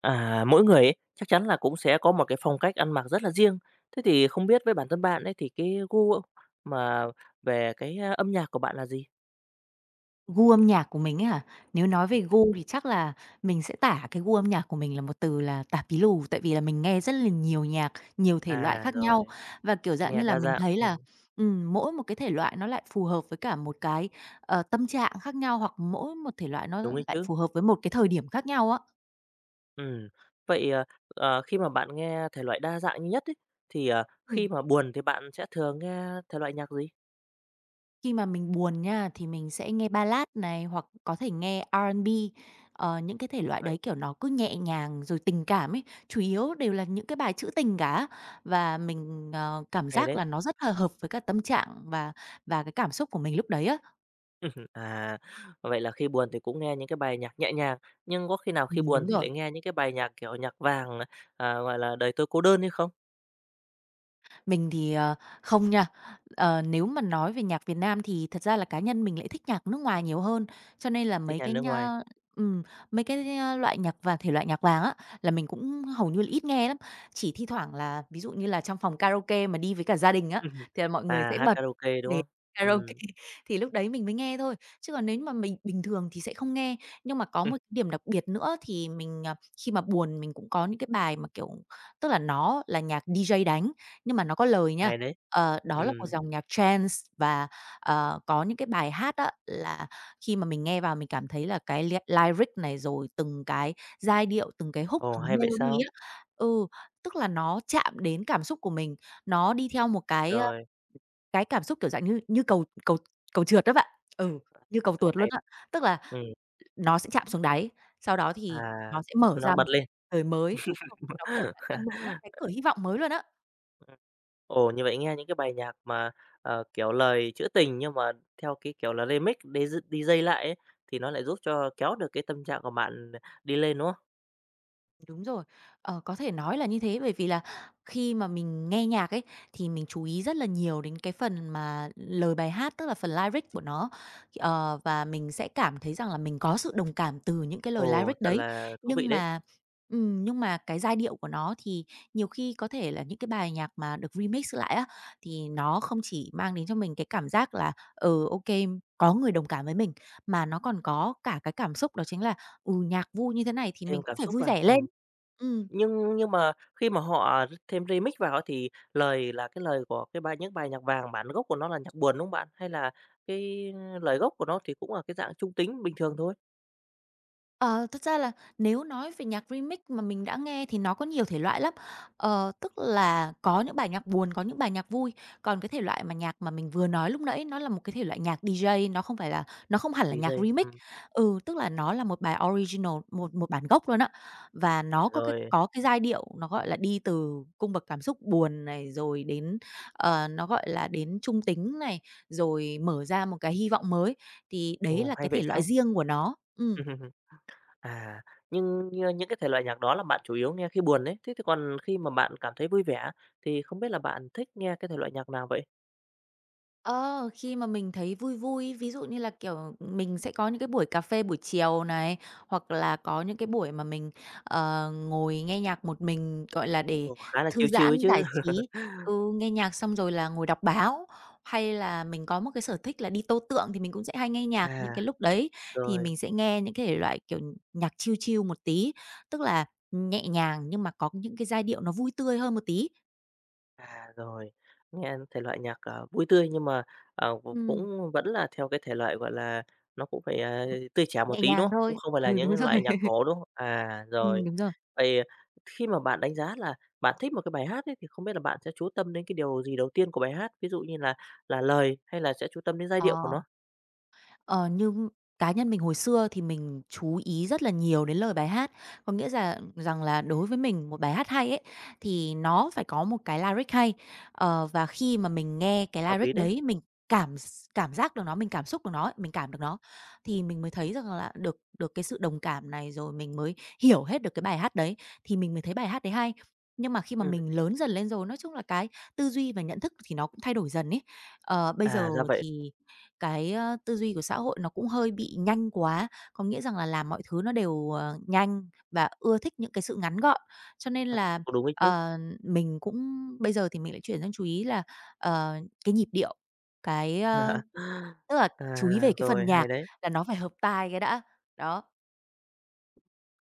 À, mỗi người ấy, chắc chắn là cũng sẽ có một cái phong cách ăn mặc rất là riêng. Thế thì không biết với bản thân bạn ấy thì cái gu mà về cái, âm nhạc của bạn là gì? Gu âm nhạc của mình ấy hả? Nếu nói Ừm. về gu thì chắc là mình sẽ tả cái gu âm nhạc của mình là một từ là tạp pí lù, tại vì là mình nghe rất là nhiều nhạc, nhiều thể loại À, khác nhau rồi, và, kiểu, dạng như nghe là, đa mình dạng, thấy là, mỗi một cái thể loại nó lại phù hợp với cả một cái, tâm trạng khác nhau, hoặc mỗi một thể loại nó đúng ấy lại chứ. phù hợp với một cái thời điểm khác nhau á. Ừm, vậy, khi mà bạn nghe thể loại đa dạng nhất ấy, thì, Ừm. khi mà buồn thì bạn sẽ thường nghe thể loại nhạc gì? Khi mà mình buồn nha, thì mình sẽ nghe ballad này, hoặc có thể nghe R&B, những cái thể Ra loại vậy, đấy, kiểu, nó cứ nhẹ nhàng rồi tình cảm ấy, chủ yếu đều là những cái bài trữ tình cả. Và mình, cảm hay giác đấy. là nó rất là hợp với cả tâm trạng và cái cảm xúc của mình lúc đấy á. À, vậy là khi buồn thì cũng nghe những cái bài nhạc nhẹ nhàng, nhưng có khi nào khi Đúng buồn thì rồi. lại nghe những cái bài nhạc, kiểu, nhạc vàng, gọi là, "Đời tôi cô đơn" hay không? Mình thì, không nha. Ờ, nếu mà nói về nhạc Việt Nam thì thật ra là cá nhân mình lại thích nhạc nước ngoài nhiều hơn, cho nên là Thích mấy nhạc cái nước ngoài. nha ừm, mấy cái, loại nhạc và thể loại nhạc vàng á, là mình cũng hầu như là ít nghe lắm. Chỉ thi thoảng là ví dụ như là trong phòng karaoke mà đi với cả gia đình á, thì là mọi người À, sẽ hát bật karaoke, đúng để không? karaoke Ừm, thì lúc đấy mình mới nghe thôi, chứ còn nếu mà mình bình thường thì sẽ không nghe. Nhưng mà có một cái điểm đặc biệt nữa thì mình, à, khi mà buồn mình cũng có những cái bài mà, kiểu, tức là nó là nhạc DJ đánh, nhưng mà nó có lời nha. hay đấy. Ờ, đó là một Ừm, dòng nhạc trance và, có những cái bài hát á là khi mà mình nghe vào mình cảm thấy là cái lyric này, rồi từng cái giai điệu, từng cái hook, ồ, từng hay vậy melody sao? á ừ, tức là nó chạm đến cảm xúc của mình, nó đi theo một cái, Rồi, cái cảm xúc, kiểu dạng như như cầu cầu cầu trượt đó bạn. Ừ, như cầu tuột luôn hay á. Tức là ừm, nó sẽ chạm xuống đáy, sau đó à, thì nó sẽ mở nó ra một bật lên. đời mới đúng không? Nó, kiểu dạng là, mở ra một cái cửa hy vọng mới luôn á. Ồ, như vậy nghe những cái bài nhạc mà, kiểu, lời trữ tình nhưng mà theo cái kiểu là remix, đi đi dây lại ấy, thì nó lại giúp cho kéo được cái tâm trạng của bạn đi lên, đúng không? Đúng rồi, có thể nói là như thế bởi vì là khi mà mình nghe nhạc ấy, thì mình chú ý rất là nhiều đến cái phần mà lời bài hát, tức là phần lyric của nó, và mình sẽ cảm thấy rằng là mình có sự đồng cảm từ những cái lời Ồ, lyric thật đấy. là thú vị Nhưng đấy, mà nhưng mà cái giai điệu của nó thì nhiều khi có thể là những cái bài nhạc mà được remix lại á, thì nó không chỉ mang đến cho mình cái cảm giác là, ừ, ok có người đồng cảm với mình, mà nó còn có cả cái cảm xúc đó chính là, ừ, nhạc vui như thế này thì thêm mình cũng cảm phải xúc vui vào, vẻ lên. ừm. Ừm, Nhưng mà khi mà họ thêm remix vào ấy thì lời là cái lời của cái bài những bài nhạc vàng bản gốc của nó là nhạc buồn, đúng không bạn? Hay là cái lời gốc của nó thì cũng là cái dạng trung tính bình thường thôi? ờ, thật ra là nếu nói về nhạc remix mà mình đã nghe thì nó có nhiều thể loại lắm. Ờ, tức là có những bài nhạc buồn, có những bài nhạc vui, còn cái thể loại mà nhạc mà mình vừa nói lúc nãy nó là một cái thể loại nhạc DJ, nó không phải là nó không À, hẳn là nhạc DJ, remix. Ừ, tức là nó là một bài original, một một bản gốc luôn á, và nó rồi, có cái giai điệu nó, gọi là, đi từ cung bậc cảm xúc buồn này, rồi đến, ờ, nó, gọi là, đến trung tính này, rồi mở ra một cái hy vọng mới, thì đấy ồ, là hay cái vậy thể loại sao? riêng của nó. Ừm. À, như những cái thể loại nhạc đó là bạn chủ yếu nghe khi buồn đấy, thế thì còn khi mà bạn cảm thấy vui vẻ thì không biết là bạn thích nghe cái thể loại nhạc nào vậy? Ờ, khi mà mình thấy vui vui, ví dụ như là, kiểu, mình sẽ có những cái buổi cà phê buổi chiều này, hoặc là có những cái buổi mà mình, ngồi nghe nhạc một mình, gọi là, để Ồ, khá là thư chill chill ấy giãn, giải chứ. trí. Ừ, nghe nhạc xong rồi là ngồi đọc báo, hay là mình có một cái sở thích là đi tô tượng thì mình cũng sẽ hay nghe nhạc. Những À, cái lúc đấy thì rồi. mình sẽ nghe những cái thể loại, kiểu, nhạc chill chill một tí, tức là nhẹ nhàng nhưng mà có những cái giai điệu nó vui tươi hơn một tí. À, rồi, nghe thể loại nhạc, vui tươi nhưng mà, cũng Ừm, cũng vẫn là theo cái thể loại, gọi là, nó cũng phải, tươi trẻ một nhẹ tí, đúng nhàng không? Cũng thôi. không phải là Ừ, đúng những rồi. loại nhạc cổ, đúng không? À, rồi. đúng rồi. Vậy khi mà bạn đánh giá là bạn thích một cái bài hát ấy, thì không biết là bạn sẽ chú tâm đến cái điều gì đầu tiên của bài hát? Ví dụ như là lời hay là sẽ chú tâm đến giai điệu của Ờ, nó? ờ, như cá nhân mình hồi xưa thì mình chú ý rất là nhiều đến lời bài hát. Có nghĩa là rằng là đối với mình một bài hát hay ấy, thì nó phải có một cái lyric hay. Ờ, và khi mà mình nghe cái Hợp lyric lý đấy. đấy, mình cảm giác được nó, mình cảm xúc được nó ấy, mình cảm được nó, thì mình mới thấy rằng là được được cái sự đồng cảm này, rồi mình mới hiểu hết được cái bài hát đấy, thì mình mới thấy bài hát đấy hay. Nhưng mà khi mà Ừm, mình lớn dần lên rồi, nói chung là cái tư duy và nhận thức thì nó cũng thay đổi dần ấy. Ờ, bây giờ à, ra vậy. thì cái, tư duy của xã hội nó cũng hơi bị nhanh quá, có nghĩa rằng là làm mọi thứ nó đều, ờ, nhanh và ưa thích những cái sự ngắn gọn. Cho nên À, là, cũng đúng ấy chứ. ờ, mình cũng bây giờ thì mình lại chuyển sang chú ý là, ờ, cái nhịp điệu, cái, tức là À, chú ý về cái phần rồi, hay nhạc đấy. là nó phải hợp tai cái đã, đó.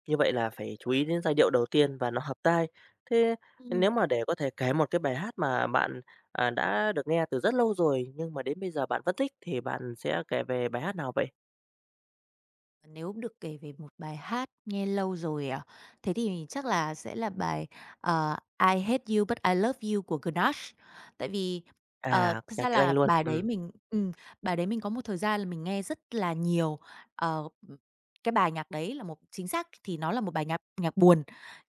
Như vậy là phải chú ý đến giai điệu đầu tiên và nó hợp tai. Thế Ừm. nếu mà để có thể kể một cái bài hát mà bạn, đã được nghe từ rất lâu rồi, nhưng mà đến bây giờ bạn vẫn thích thì bạn sẽ kể về bài hát nào vậy? Nếu được kể về một bài hát nghe lâu rồi à, thế thì chắc là sẽ là bài, ờ, "I Hate You But I Love You" của Grenache. Tại vì, À, thật nhạc ra tiếng Anh là luôn, bài đấy mình có một thời gian là mình nghe rất là nhiều. Ờ, cái bài nhạc đấy là một chính xác thì nó là một bài nhạc nhạc buồn,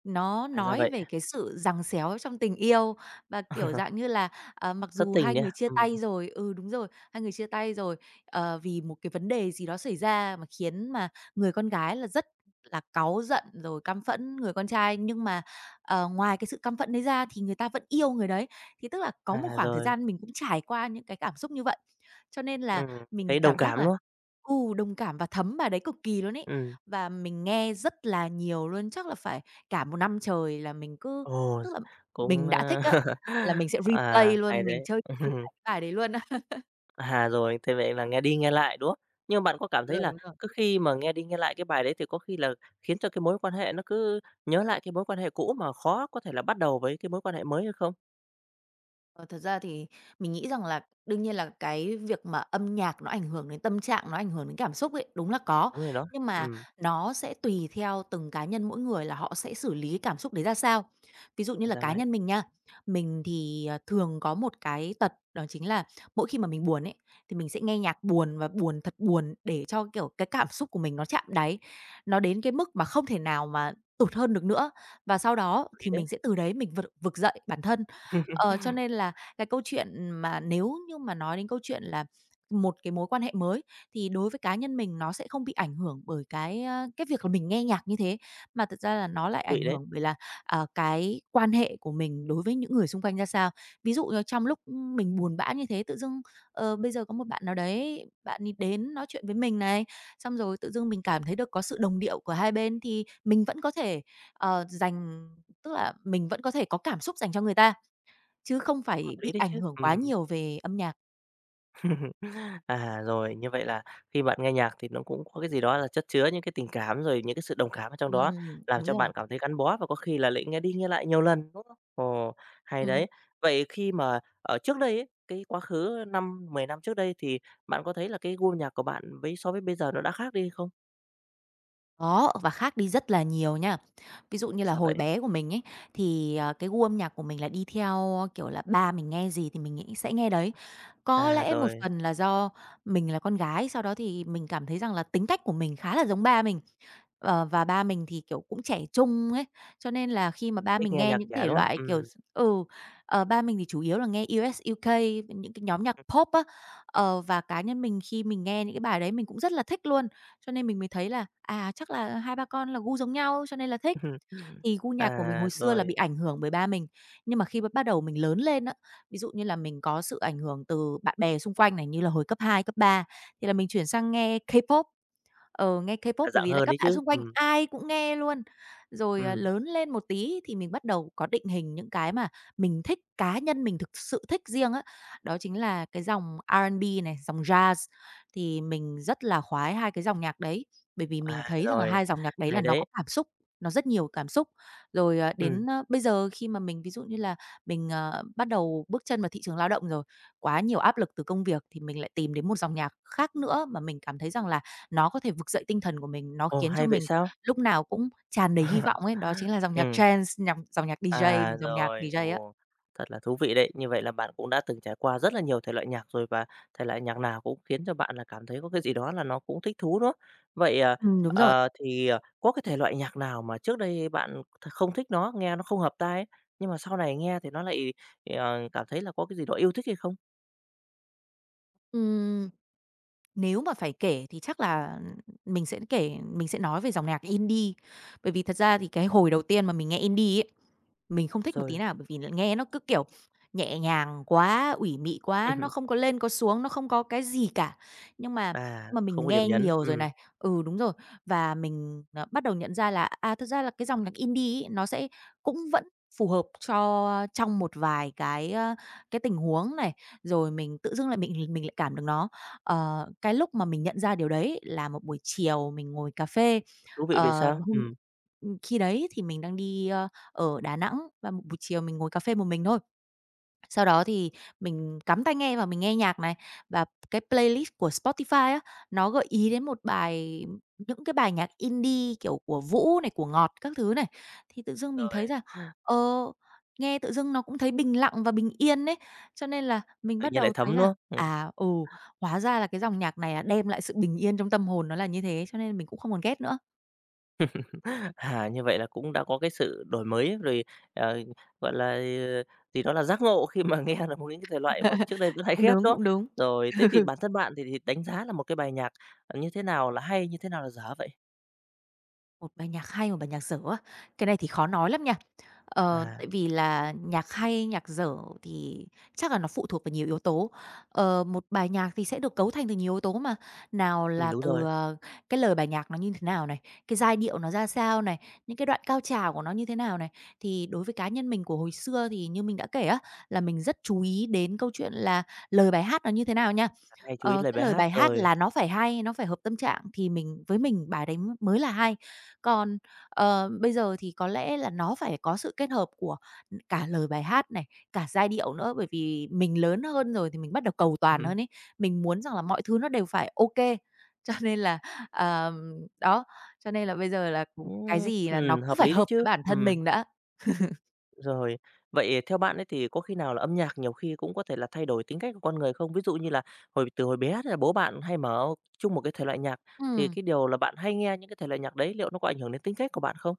nó à, ra nói vậy. về cái sự giằng xéo trong tình yêu và, kiểu, dạng như là, ờ, mặc Thất dù tình hai đấy người à? chia tay rồi ừ, đúng rồi. Hai người chia tay rồi, ờ, vì một cái vấn đề gì đó xảy ra mà khiến mà người con gái là rất là cáu giận rồi căm phẫn người con trai. Nhưng mà, ờ, ngoài cái sự căm phẫn đấy ra thì người ta vẫn yêu người đấy. Thì tức là có một À, khoảng thời rồi, gian mình cũng trải qua những cái cảm xúc như vậy, cho nên là mình thấy đồng cảm giác cảm, đúng là không? ừ, đồng cảm và thấm bà đấy cực kỳ luôn ấy. Ừm, Và mình nghe rất là nhiều luôn, chắc là phải cả một năm trời là mình cứ ồ, tức là cũng, mình đã thích á, là mình sẽ replay à, hay luôn, mình đấy. chơi chơi lại cái bài đấy luôn á. À, rồi, thế vậy là nghe đi nghe lại, đúng không? Nhưng mà bạn có cảm Đúng thấy rồi, là đúng rồi. cứ khi mà nghe đi nghe lại cái bài đấy thì có khi là khiến cho cái mối quan hệ nó cứ nhớ lại cái mối quan hệ cũ mà khó có thể là bắt đầu với cái mối quan hệ mới hay không? Ờ, thật ra thì mình nghĩ rằng là đương nhiên là cái việc mà âm nhạc nó ảnh hưởng đến tâm trạng, nó ảnh hưởng đến cảm xúc ấy, đúng là có. Đúng rồi đó, Nhưng mà ừm, nó sẽ tùy theo từng cá nhân mỗi người là họ sẽ xử lý cái cảm xúc đấy ra sao. Ví dụ như thật là ra cá vậy, nhân mình nha, mình thì, thường có một cái tật đó chính là mỗi khi mà mình buồn ấy, thì mình sẽ nghe nhạc buồn và buồn thật buồn để cho, kiểu, cái cảm xúc của mình nó chạm đáy, nó đến cái mức mà không thể nào mà tụt hơn được nữa. Và sau hợp đó lý thì đấy, mình sẽ từ đấy mình vực vực dậy bản thân. Ờ, cho nên là cái câu chuyện mà nếu như mà nói đến câu chuyện là một cái mối quan hệ mới thì đối với cá nhân mình nó sẽ không bị ảnh hưởng bởi cái, cái việc là mình nghe nhạc như thế, mà thật ra là nó lại thú ảnh vị đấy, hưởng bởi là, à, cái quan hệ của mình đối với những người xung quanh ra sao. Ví dụ như trong lúc, mình buồn bã như thế, tự dưng, ờ, bây giờ có một bạn nào đấy, bạn ấy đến nói chuyện với mình này, xong rồi tự dưng mình cảm thấy được có sự đồng điệu của hai bên thì mình vẫn có thể, ờ, dành tức là mình vẫn có thể có cảm xúc dành cho người ta. Chứ không hợp phải lý bị đấy ảnh chứ, hưởng ừm. quá nhiều về âm nhạc. À, rồi, như vậy là khi bạn nghe nhạc thì nó cũng có cái gì đó là chất chứa những cái tình cảm, rồi những cái sự đồng cảm ở trong đó, làm Đúng cho rồi. bạn cảm thấy gắn bó và có khi là lại nghe đi nghe lại nhiều lần, đúng không? Ồ, hay Ừm, đấy. Vậy khi mà ở trước đây ấy, cái quá khứ 5-10 năm trước đây thì bạn có thấy là cái gu nhạc của bạn với so với bây giờ nó đã khác đi không? có, và khác đi rất là nhiều nha. Ví dụ như là Dạ hồi vậy. bé của mình ấy, thì, cái gu âm nhạc của mình là đi theo, kiểu là, ba mình nghe gì thì mình nghĩ sẽ nghe đấy. Có À, lẽ một rồi, phần là do mình là con gái, sau đó thì mình cảm thấy rằng là tính cách của mình khá là giống ba mình. Và ba mình thì, kiểu, cũng trẻ trung ấy, cho nên là khi mà ba thích mình nghe nghe nhạc những trẻ, thể đúng không? loại, kiểu, Ừm. ừ, ba mình thì chủ yếu là nghe US, UK, những cái nhóm nhạc pop á. Và cá nhân mình khi mình nghe những cái bài đấy mình cũng rất là thích luôn, cho nên mình mới thấy là, à, chắc là hai ba con là gu giống nhau cho nên là thích. Thì gu nhạc của mình hồi À, xưa là bị rồi, ảnh hưởng bởi ba mình, nhưng mà khi bắt đầu mình lớn lên á, ví dụ như là mình có sự ảnh hưởng từ bạn bè xung quanh này, như là hồi cấp 2, cấp 3 thì là mình chuyển sang nghe K-pop. Nghe K-pop đa bởi dạng vì là hơn các đấy bạn chứ. xung quanh ai cũng nghe luôn. Rồi, à, ừm. lớn lên một tí thì mình bắt đầu có định hình những cái mà mình thích, cá nhân mình thực sự thích riêng á. Đó chính là cái dòng R&B này, dòng Jazz, thì mình rất là khoái hai cái dòng nhạc đấy, bởi vì mình À, thấy rằng là rồi, hai dòng nhạc đấy là hay nó có đấy. cảm xúc, nó rất nhiều cảm xúc. Rồi, à, Ừm. đến, a, bây giờ khi mà mình ví dụ như là mình, bắt đầu bước chân vào thị trường lao động rồi, quá nhiều áp lực từ công việc thì mình lại tìm đến một dòng nhạc khác nữa mà mình cảm thấy rằng là nó có thể vực dậy tinh thần của mình, nó Ồ, khiến cho hay vậy mình sao? lúc nào cũng tràn đầy hy vọng ấy, đó chính là dòng nhạc Ừ, trance, nhạc dòng nhạc à, DJ, dòng rồi, nhạc DJ á. ồ, thật là thú vị đấy. Như vậy là bạn cũng đã từng trải qua rất là nhiều thể loại nhạc rồi và thể loại nhạc nào cũng khiến cho bạn là cảm thấy có cái gì đó là nó cũng thích thú, đúng không? Vậy, Đúng rồi. Thì, có cái thể loại nhạc nào mà trước đây bạn không thích nó, nghe nó không hợp tai ấy, nhưng mà sau này nghe thì nó lại, cảm thấy là có cái gì đó yêu thích hay không? Ừm, nếu mà phải kể thì chắc là mình sẽ nói về dòng nhạc indie, bởi vì thật ra thì cái hồi đầu tiên mà mình nghe indie ấy mình À, không thích một tí rồi, nào bởi vì nghe nó cứ, kiểu, nhẹ nhàng quá, ủy mị quá, nó không có lên có xuống, nó không có cái gì cả. Nhưng mà à, mà không mình có điểm nghe nhấn, nhiều rồi này, ừ, đúng rồi, và mình, bắt đầu nhận ra là, à, thực ra là cái dòng nhạc indie ấy, nó sẽ cũng vẫn phù hợp cho trong một vài cái, cái tình huống này, rồi mình tự dưng lại mình lại cảm được nó. Cái lúc mà mình nhận ra điều đấy là một buổi chiều mình ngồi cà phê, thú vị vậy ờ, sao? hôm khi đấy thì mình đang đi, ở Đà Nẵng và một buổi chiều mình ngồi cà phê một mình thôi. Sau đó thì mình cắm tai nghe và mình nghe nhạc này, và cái playlist của Spotify á, nó gợi ý đến một bài những cái bài nhạc indie, kiểu, của Vũ này, của Ngọt các thứ này. Thì tự dưng mình Rồi, thấy là, ờ, nghe tự dưng nó cũng thấy bình lặng và bình yên ấy, cho nên là mình tự bắt nhiên lại đầu thấy thấm, là, nữa. à, ừ, hóa ra là cái dòng nhạc này là đem lại sự bình yên trong tâm hồn nó là như thế, cho nên mình cũng không còn ghét nữa. À, như vậy là cũng đã có cái sự đổi mới rồi, ờ, gọi là, ờ, thì đó là giác ngộ khi mà nghe được một những cái thể loại mà trước đây vẫn hay Cũng ghét, đúng, đó. cũng đúng. Rồi, thế thì bản thân bạn thì đánh giá là một cái bài nhạc, như thế nào là hay, như thế nào là dở vậy? Một bài nhạc hay, một bài nhạc dở á? Cái này thì khó nói lắm nha. À, Tại vì là nhạc hay, nhạc dở thì chắc là nó phụ thuộc vào nhiều yếu tố. Một bài nhạc thì sẽ được cấu thành từ nhiều yếu tố mà, nào là đúng từ, rồi, cái lời bài nhạc nó như thế nào này, cái giai điệu nó ra sao này, những cái đoạn cao trào của nó như thế nào này. Thì đối với cá nhân mình của hồi xưa thì như mình đã kể á, là mình rất chú ý đến câu chuyện là lời bài hát nó như thế nào nha. hay chú ý lời Cái bài lời hát bài hát rồi. là nó phải hay, nó phải hợp tâm trạng thì mình với mình bài đấy mới là hay. Còn, bây giờ thì có lẽ là nó phải có sự kết hợp của, cả lời bài hát này, cả giai điệu nữa, bởi vì mình lớn hơn rồi thì mình bắt đầu cầu toàn hơn ấy. Mình muốn rằng là mọi thứ nó đều phải ok. Cho nên là, ờm, đó, cho nên là bây giờ là, Cũng, cái gì là nó cứ hợp phải lý đấy hợp với chứ. bản thân Ừm. mình đã. Rồi, vậy theo bạn ấy thì có khi nào là âm nhạc nhiều khi cũng có thể là thay đổi tính cách của con người không? Ví dụ như là hồi từ hồi bé thì là bố bạn hay mở chung một cái thể loại nhạc thì Ừm. cái điều là bạn hay nghe những cái thể loại nhạc đấy liệu nó có ảnh hưởng đến tính cách của bạn không?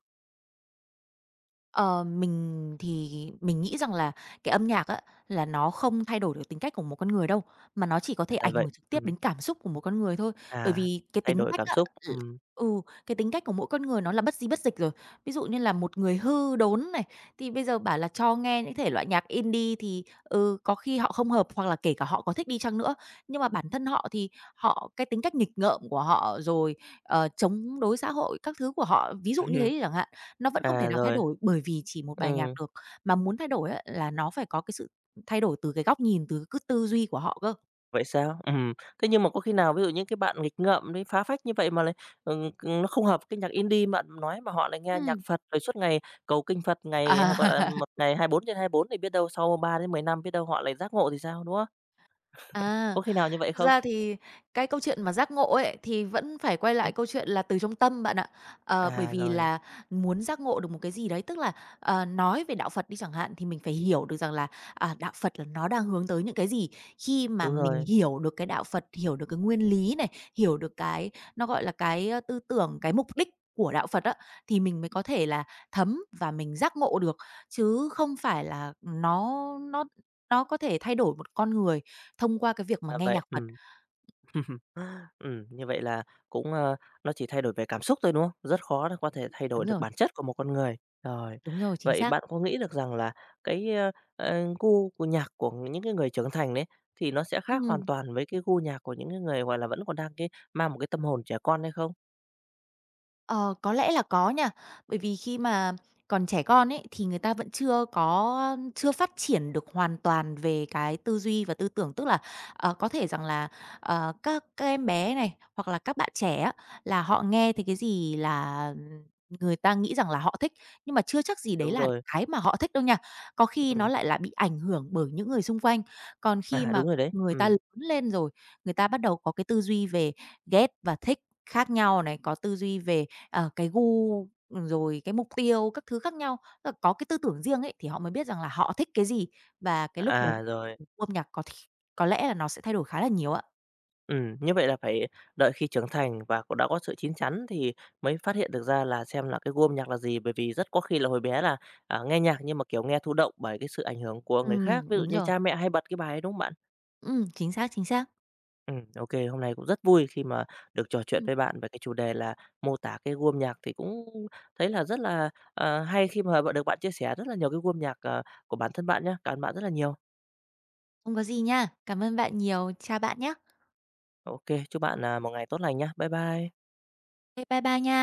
Ờ, mình thì mình nghĩ rằng là cái âm nhạc á, là nó không thay đổi được tính cách của một con người đâu, mà nó chỉ có À, thể ra ảnh vậy. hưởng trực tiếp Ừm. đến cảm xúc của một con người thôi. Bởi À, vì thay đổi cảm xúc. Ừm. ừ, cái tính cách của mỗi con người nó là bất di bất dịch rồi. Ví dụ như là một người hư đốn này, thì bây giờ bảo là cho nghe những thể loại nhạc indie thì, ừ, có khi họ không hợp, hoặc là kể cả họ có thích đi chăng nữa, nhưng mà bản thân họ thì họ cái tính cách nghịch ngợm của họ, rồi, chống đối xã hội các thứ của họ, ví dụ như thế đi chẳng hạn, nó vẫn không thể À, nào thay rồi. đổi bởi vì chỉ một bài nhạc Ừm. được, mà muốn thay đổi á là nó phải có cái sự thay đổi từ cái góc nhìn, từ cái tư duy của họ cơ. Vậy sao? Ừm. Thế nhưng mà có khi nào ví dụ những cái bạn nghịch ngợm đấy, phá phách như vậy mà lại, ừm, nó không hợp cái nhạc indie bạn nói mà họ lại nghe nhạc Ừm. Phật rồi suốt ngày cầu kinh Phật ngày hay, gọi là, À. một ngày hai 24 trên hai mươi 24 thì biết đâu sau 3 đến 10 năm biết đâu họ lại giác ngộ thì sao, đúng không? À. Có khi nào như vậy Thật không? ra thì cái câu chuyện mà giác ngộ ấy, thì vẫn phải quay lại Ừm. câu chuyện là từ trong tâm bạn ạ. Bởi À, vì rồi, là muốn giác ngộ được một cái gì đấy, tức là, nói về đạo Phật đi chẳng hạn, thì mình phải hiểu được rằng là, à, đạo Phật là nó đang hướng tới những cái gì. Khi mà đúng mình rồi, hiểu được cái đạo Phật, hiểu được cái nguyên lý này, hiểu được cái nó, gọi là, cái, tư tưởng, cái mục đích của đạo Phật á, thì mình mới có thể là thấm và mình giác ngộ được, chứ không phải là nó có thể thay đổi một con người thông qua cái việc mà là nghe vậy, nhạc Phật. ừm. Như vậy là cũng, nó chỉ thay đổi về cảm xúc thôi, đúng không? Rất khó để có thể thay đổi Đúng được rồi, bản chất của một con người. Rồi, đúng rồi, chính vậy xác. bạn có nghĩ được rằng là cái, gu của nhạc của những cái người trưởng thành đấy, thì nó sẽ khác hoàn Ừm. toàn với cái gu nhạc của những cái người, gọi là, vẫn còn đang cái mang một cái tâm hồn trẻ con hay không? Ờ, có lẽ là có nha. Bởi vì khi mà còn trẻ con ấy, thì người ta vẫn chưa phát triển được hoàn toàn về cái tư duy và tư tưởng. Tức là, có thể rằng là, các em bé này, hoặc là các bạn trẻ á, là họ nghe thấy cái gì là, người ta nghĩ rằng là họ thích, nhưng mà chưa chắc gì đấy Đúng là rồi, cái mà họ thích đâu nha. Có khi nó ừm, lại là bị ảnh hưởng bởi những người xung quanh. Còn khi à, mà đúng rồi đấy, người ta lớn lên rồi, người ta bắt đầu có cái tư duy về ghét và thích khác nhau này, có tư duy về cái gu, ừ, rồi cái mục tiêu các thứ khác nhau, tức là có cái tư tưởng riêng ấy, thì họ mới biết rằng là họ thích cái gì và cái lúc đấy à, rồi. gu âm nhạc có lẽ là nó sẽ thay đổi khá là nhiều ạ. Như vậy là phải đợi khi trưởng thành và cũng đã có sự chín chắn thì mới phát hiện được ra là xem là cái gu âm nhạc là gì, bởi vì rất có khi là hồi bé là, nghe nhạc nhưng mà, kiểu, nghe thụ động bởi cái sự ảnh hưởng của người khác, ví dụ Đúng như rồi. cha mẹ hay bật cái bài ấy, đúng không bạn? Chính xác, chính xác. Ô hôm nay cũng rất vui khi mà được trò chuyện Ừm, với bạn về cái chủ đề là mô tả cái gu âm nhạc thì cũng thấy là rất là, hay khi mà bạn được bạn chia sẻ rất là nhiều cái gu âm nhạc, của bản thân bạn nhé. Cảm ơn bạn rất là nhiều. không có gì nha. Cảm ơn bạn nhiều. Chào bạn nhé, Ok, chúc bạn, một ngày tốt lành nhá. Bye bye. bye bye nha.